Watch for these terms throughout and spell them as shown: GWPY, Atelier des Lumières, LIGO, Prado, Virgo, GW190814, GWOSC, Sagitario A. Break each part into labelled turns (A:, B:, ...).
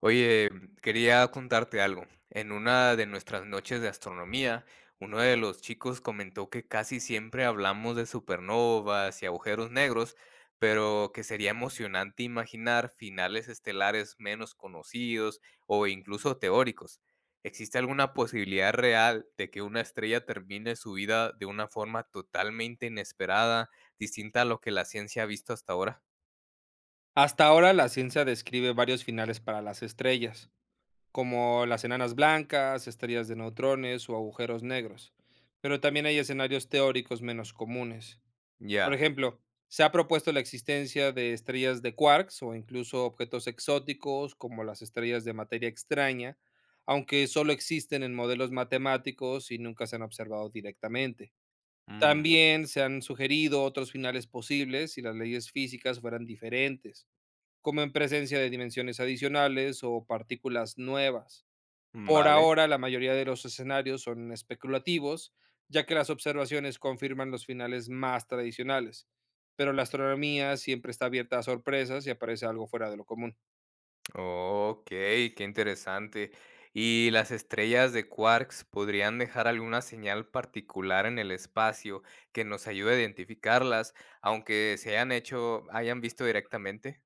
A: Oye, quería contarte algo. En una de nuestras noches de astronomía, uno de los chicos comentó que casi siempre hablamos de supernovas y agujeros negros, pero que sería emocionante imaginar finales estelares menos conocidos o incluso teóricos. ¿Existe alguna posibilidad real de que una estrella termine su vida de una forma totalmente inesperada, distinta a lo que la ciencia ha visto hasta ahora?
B: Hasta ahora la ciencia describe varios finales para las estrellas, como las enanas blancas, estrellas de neutrones o agujeros negros, pero también hay escenarios teóricos menos comunes. Por
A: Ya.
B: ejemplo, se ha propuesto la existencia de estrellas de quarks o incluso objetos exóticos como las estrellas de materia extraña, aunque solo existen en modelos matemáticos y nunca se han observado directamente.
A: Mm,
B: También se han sugerido otros finales posibles si las leyes físicas fueran diferentes como en presencia de dimensiones adicionales o partículas nuevas. Por
A: vale.
B: ahora, la mayoría de los escenarios son especulativos, ya que las observaciones confirman los finales más tradicionales, pero la astronomía siempre está abierta a sorpresas y aparece algo fuera de lo común.
A: Okey, qué interesante. ¿Y las estrellas de quarks podrían dejar alguna señal particular en el espacio que nos ayude a identificarlas, aunque se hayan visto directamente?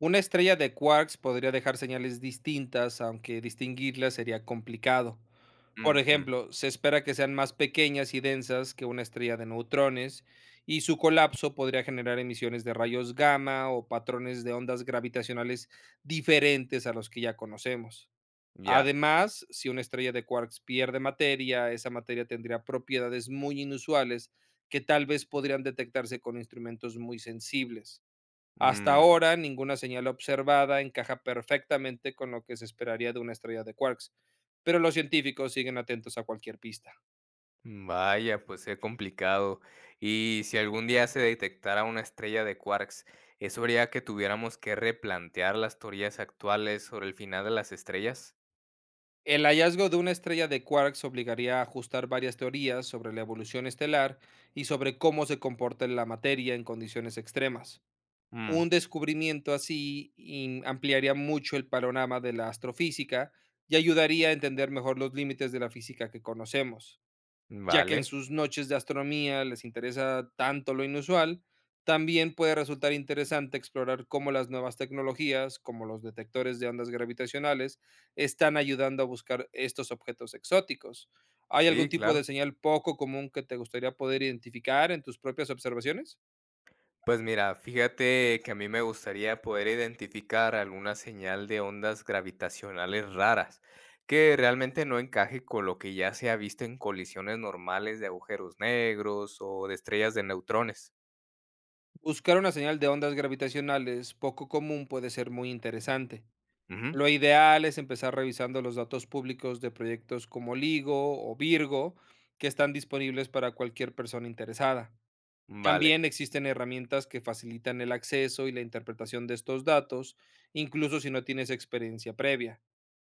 B: Una estrella de quarks podría dejar señales distintas, aunque distinguirlas sería complicado. Por
A: Mm,
B: ejemplo, se espera que sean más pequeñas y densas que una estrella de neutrones, y su colapso podría generar emisiones de rayos gamma o patrones de ondas gravitacionales diferentes a los que ya conocemos.
A: ya.
B: Además, si una estrella de quarks pierde materia, esa materia tendría propiedades muy inusuales que tal vez podrían detectarse con instrumentos muy sensibles. Hasta
A: Mm,
B: ahora, ninguna señal observada encaja perfectamente con lo que se esperaría de una estrella de quarks, pero los científicos siguen atentos a cualquier pista.
A: vaya, pues es complicado. Y si algún día se detectara una estrella de quarks, ¿eso haría que tuviéramos que replantear las teorías actuales sobre el final de las estrellas?
B: El hallazgo de una estrella de quarks obligaría a ajustar varias teorías sobre la evolución estelar y sobre cómo se comporta la materia en condiciones extremas.
A: Mm,
B: Un descubrimiento así ampliaría mucho el panorama de la astrofísica y ayudaría a entender mejor los límites de la física que conocemos. Ya que en
A: vale.
B: sus noches de astronomía les interesa tanto lo inusual, también puede resultar interesante explorar cómo las nuevas tecnologías, como los detectores de ondas gravitacionales, están ayudando a buscar estos objetos exóticos. ¿Hay algún
A: Sí,
B: tipo
A: claro.
B: de señal poco común que te gustaría poder identificar en tus propias observaciones?
A: Pues mira, fíjate que a mí me gustaría poder identificar alguna señal de ondas gravitacionales raras, que realmente no encaje con lo que ya se ha visto en colisiones normales de agujeros negros o de estrellas de neutrones.
B: Buscar una señal de ondas gravitacionales poco común puede ser muy interesante.
A: Ujú,
B: Lo ideal es empezar revisando los datos públicos de proyectos como LIGO o Virgo, que están disponibles para cualquier persona interesada. También
A: vale,
B: existen herramientas que facilitan el acceso y la interpretación de estos datos, incluso si no tienes experiencia previa.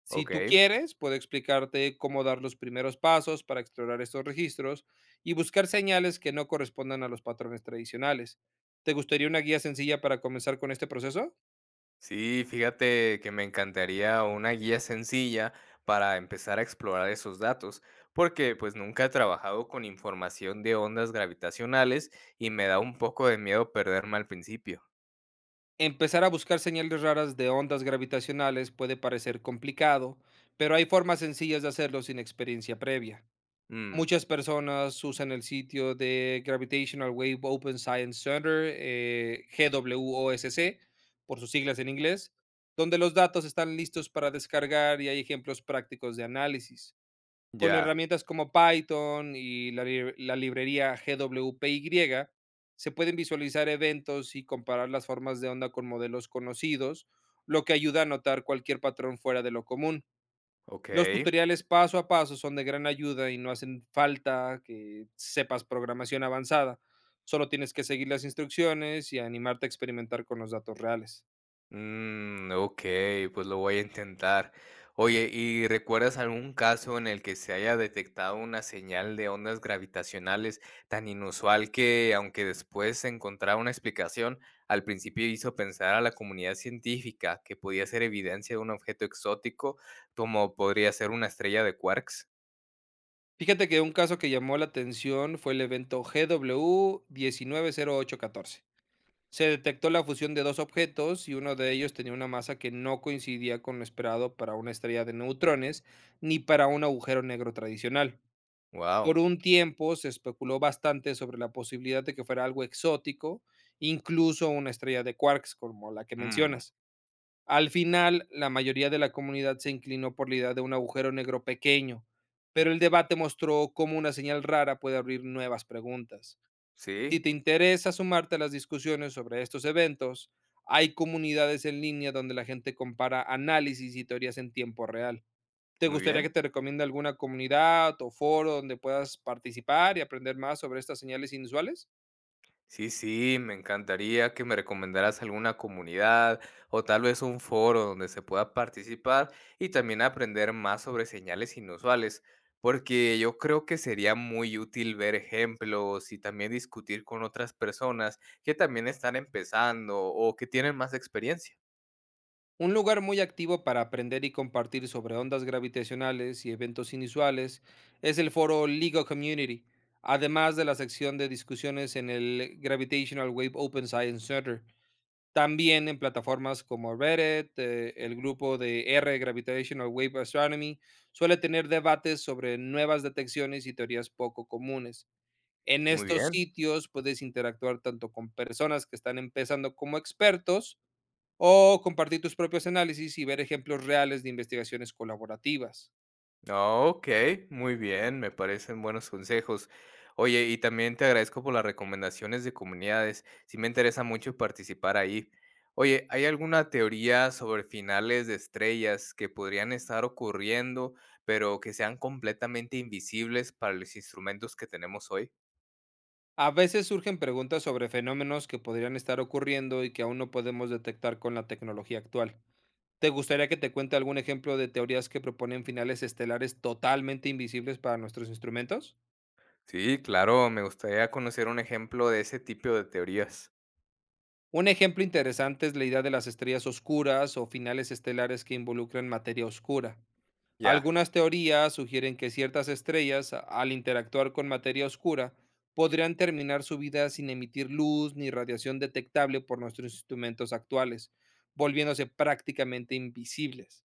B: Si tú
A: ok.
B: quieres, puedo explicarte cómo dar los primeros pasos para explorar estos registros y buscar señales que no correspondan a los patrones tradicionales. ¿Te gustaría una guía sencilla para comenzar con este proceso?
A: Sí, fíjate que me encantaría una guía sencilla para empezar a explorar esos datos, porque pues nunca he trabajado con información de ondas gravitacionales y me da un poco de miedo perderme al principio.
B: Empezar a buscar señales raras de ondas gravitacionales puede parecer complicado, pero hay formas sencillas de hacerlo sin experiencia previa.
A: Mm.
B: Muchas personas usan el sitio de Gravitational Wave Open Science Center, GWOSC, por sus siglas en inglés, donde los datos están listos para descargar y hay ejemplos prácticos de análisis. Con
A: Ya,
B: herramientas como Python y la librería GWPY, se pueden visualizar eventos y comparar las formas de onda con modelos conocidos, lo que ayuda a notar cualquier patrón fuera de lo común. Los
A: okey.
B: tutoriales paso a paso son de gran ayuda y no hacen falta que sepas programación avanzada. Solo tienes que seguir las instrucciones y animarte a experimentar con los datos reales.
A: Mm, okey, pues lo voy a intentar. Oye, ¿y recuerdas algún caso en el que se haya detectado una señal de ondas gravitacionales tan inusual que, aunque después se encontrara una explicación, al principio hizo pensar a la comunidad científica que podía ser evidencia de un objeto exótico, como podría ser una estrella de quarks?
B: Fíjate que un caso que llamó la atención fue el evento GW190814. Se detectó la fusión de dos objetos y uno de ellos tenía una masa que no coincidía con lo esperado para una estrella de neutrones ni para un agujero negro tradicional.
A: Wow.
B: Por un tiempo se especuló bastante sobre la posibilidad de que fuera algo exótico, incluso una estrella de quarks como la que mencionas. Al final, la mayoría de la comunidad se inclinó por la idea de un agujero negro pequeño, pero el debate mostró cómo una señal rara puede abrir nuevas preguntas. Si
A: Sí,
B: te interesa sumarte a las discusiones sobre estos eventos, hay comunidades en línea donde la gente compara análisis y teorías en tiempo real. ¿Te
A: muy
B: gustaría que
A: bien.
B: te recomiende alguna comunidad o foro donde puedas participar y aprender más sobre estas señales inusuales?
A: Sí, sí, me encantaría que me recomendaras alguna comunidad o tal vez un foro donde se pueda participar y también aprender más sobre señales inusuales, porque yo creo que sería muy útil ver ejemplos y también discutir con otras personas que también están empezando o que tienen más experiencia.
B: Un lugar muy activo para aprender y compartir sobre ondas gravitacionales y eventos inusuales es el foro LIGO Community, además de la sección de discusiones en el Gravitational Wave Open Science Center. También en plataformas como Reddit, el grupo de R Gravitational Wave Astronomy suele tener debates sobre nuevas detecciones y teorías poco comunes. En
A: Muy
B: estos
A: bien.
B: sitios puedes interactuar tanto con personas que están empezando como expertos o compartir tus propios análisis y ver ejemplos reales de investigaciones colaborativas.
A: Ah, ok, muy bien, me parecen buenos consejos. Oye, y también te agradezco por las recomendaciones de comunidades. Sí me interesa mucho participar ahí. Oye, ¿hay alguna teoría sobre finales de estrellas que podrían estar ocurriendo, pero que sean completamente invisibles para los instrumentos que tenemos hoy?
B: A veces surgen preguntas sobre fenómenos que podrían estar ocurriendo y que aún no podemos detectar con la tecnología actual. ¿Te gustaría que te cuente algún ejemplo de teorías que proponen finales estelares totalmente invisibles para nuestros instrumentos?
A: Sí, claro, me gustaría conocer un ejemplo de ese tipo de teorías.
B: Un ejemplo interesante es la idea de las estrellas oscuras o finales estelares que involucran materia oscura.
A: Ya.
B: Algunas teorías sugieren que ciertas estrellas, al interactuar con materia oscura, podrían terminar su vida sin emitir luz ni radiación detectable por nuestros instrumentos actuales, volviéndose prácticamente invisibles.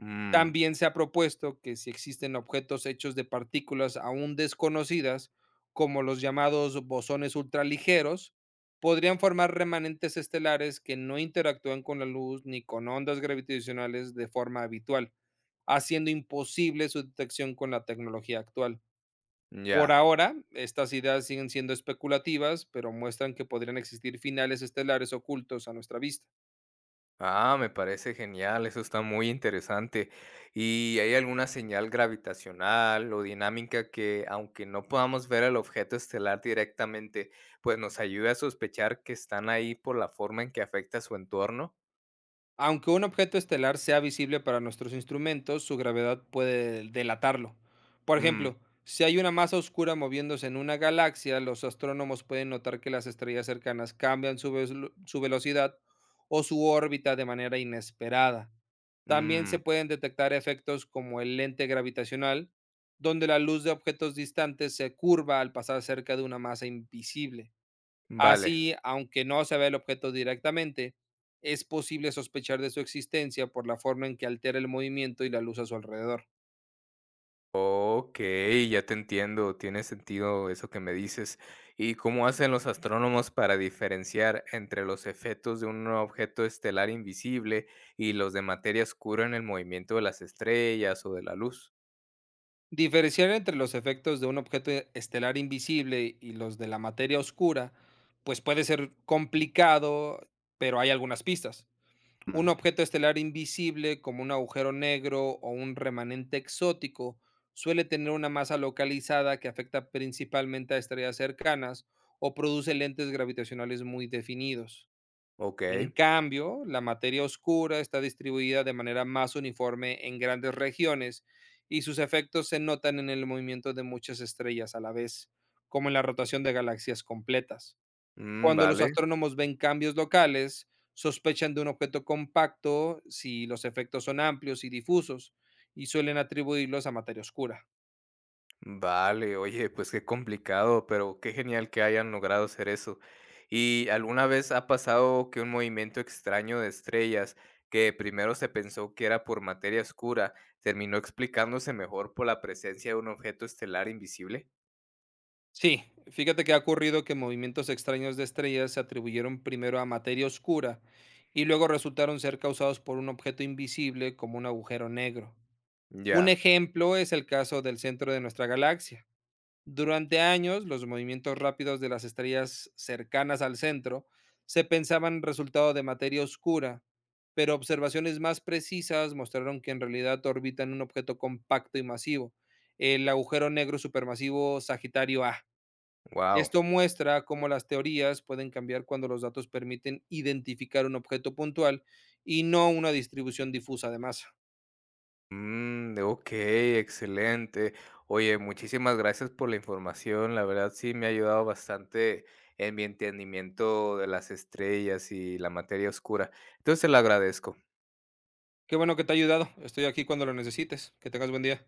A: Mm,
B: También se ha propuesto que si existen objetos hechos de partículas aún desconocidas, como los llamados bosones ultraligeros, podrían formar remanentes estelares que no interactúan con la luz ni con ondas gravitacionales de forma habitual, haciendo imposible su detección con la tecnología actual. Por
A: ya.
B: ahora, estas ideas siguen siendo especulativas, pero muestran que podrían existir finales estelares ocultos a nuestra vista.
A: Ah, me parece genial, eso está muy interesante. ¿Y hay alguna señal gravitacional o dinámica que, aunque no podamos ver el objeto estelar directamente, pues nos ayude a sospechar que están ahí por la forma en que afecta su entorno?
B: Aunque un objeto estelar sea visible para nuestros instrumentos, su gravedad puede delatarlo. Por
A: Mm,
B: ejemplo, si hay una masa oscura moviéndose en una galaxia, los astrónomos pueden notar que las estrellas cercanas cambian su velocidad o su órbita de manera inesperada. También
A: mm,
B: se pueden detectar efectos como el lente gravitacional, donde la luz de objetos distantes se curva al pasar cerca de una masa invisible.
A: vale.
B: Así, aunque no se ve el objeto directamente, es posible sospechar de su existencia por la forma en que altera el movimiento y la luz a su alrededor.
A: Ok, ya te entiendo, tiene sentido eso que me dices. ¿Y cómo hacen los astrónomos para diferenciar entre los efectos de un objeto estelar invisible y los de materia oscura en el movimiento de las estrellas o de la luz?
B: Diferenciar entre los efectos de un objeto estelar invisible y los de la materia oscura, pues puede ser complicado, pero hay algunas pistas. Un
A: Mm.
B: objeto estelar invisible, como un agujero negro o un remanente exótico, suele tener una masa localizada que afecta principalmente a estrellas cercanas o produce lentes gravitacionales muy definidos.
A: Ok,
B: En cambio, la materia oscura está distribuida de manera más uniforme en grandes regiones y sus efectos se notan en el movimiento de muchas estrellas a la vez, como en la rotación de galaxias completas.
A: mm,
B: Cuando los
A: vale.
B: astrónomos ven cambios locales, sospechan de un objeto compacto si los efectos son amplios y difusos, y suelen atribuirlos a materia oscura.
A: Vale, oye, pues qué complicado, pero qué genial que hayan logrado hacer eso. ¿Y alguna vez ha pasado que un movimiento extraño de estrellas, que primero se pensó que era por materia oscura, terminó explicándose mejor por la presencia de un objeto estelar invisible?
B: Sí, fíjate que ha ocurrido que movimientos extraños de estrellas se atribuyeron primero a materia oscura y luego resultaron ser causados por un objeto invisible como un agujero negro. Un
A: Ya,
B: ejemplo es el caso del centro de nuestra galaxia. Durante años, los movimientos rápidos de las estrellas cercanas al centro se pensaban resultado de materia oscura, pero observaciones más precisas mostraron que en realidad orbitan un objeto compacto y masivo, el agujero negro supermasivo Sagitario A.
A: wow.
B: Esto muestra cómo las teorías pueden cambiar cuando los datos permiten identificar un objeto puntual y no una distribución difusa de masa.
A: Mm, ok, excelente. Oye, muchísimas gracias por la información. La verdad sí me ha ayudado bastante en mi entendimiento de las estrellas y la materia oscura. Entonces te lo agradezco.
B: Qué bueno que te ha ayudado. Estoy aquí cuando lo necesites. Que tengas buen día.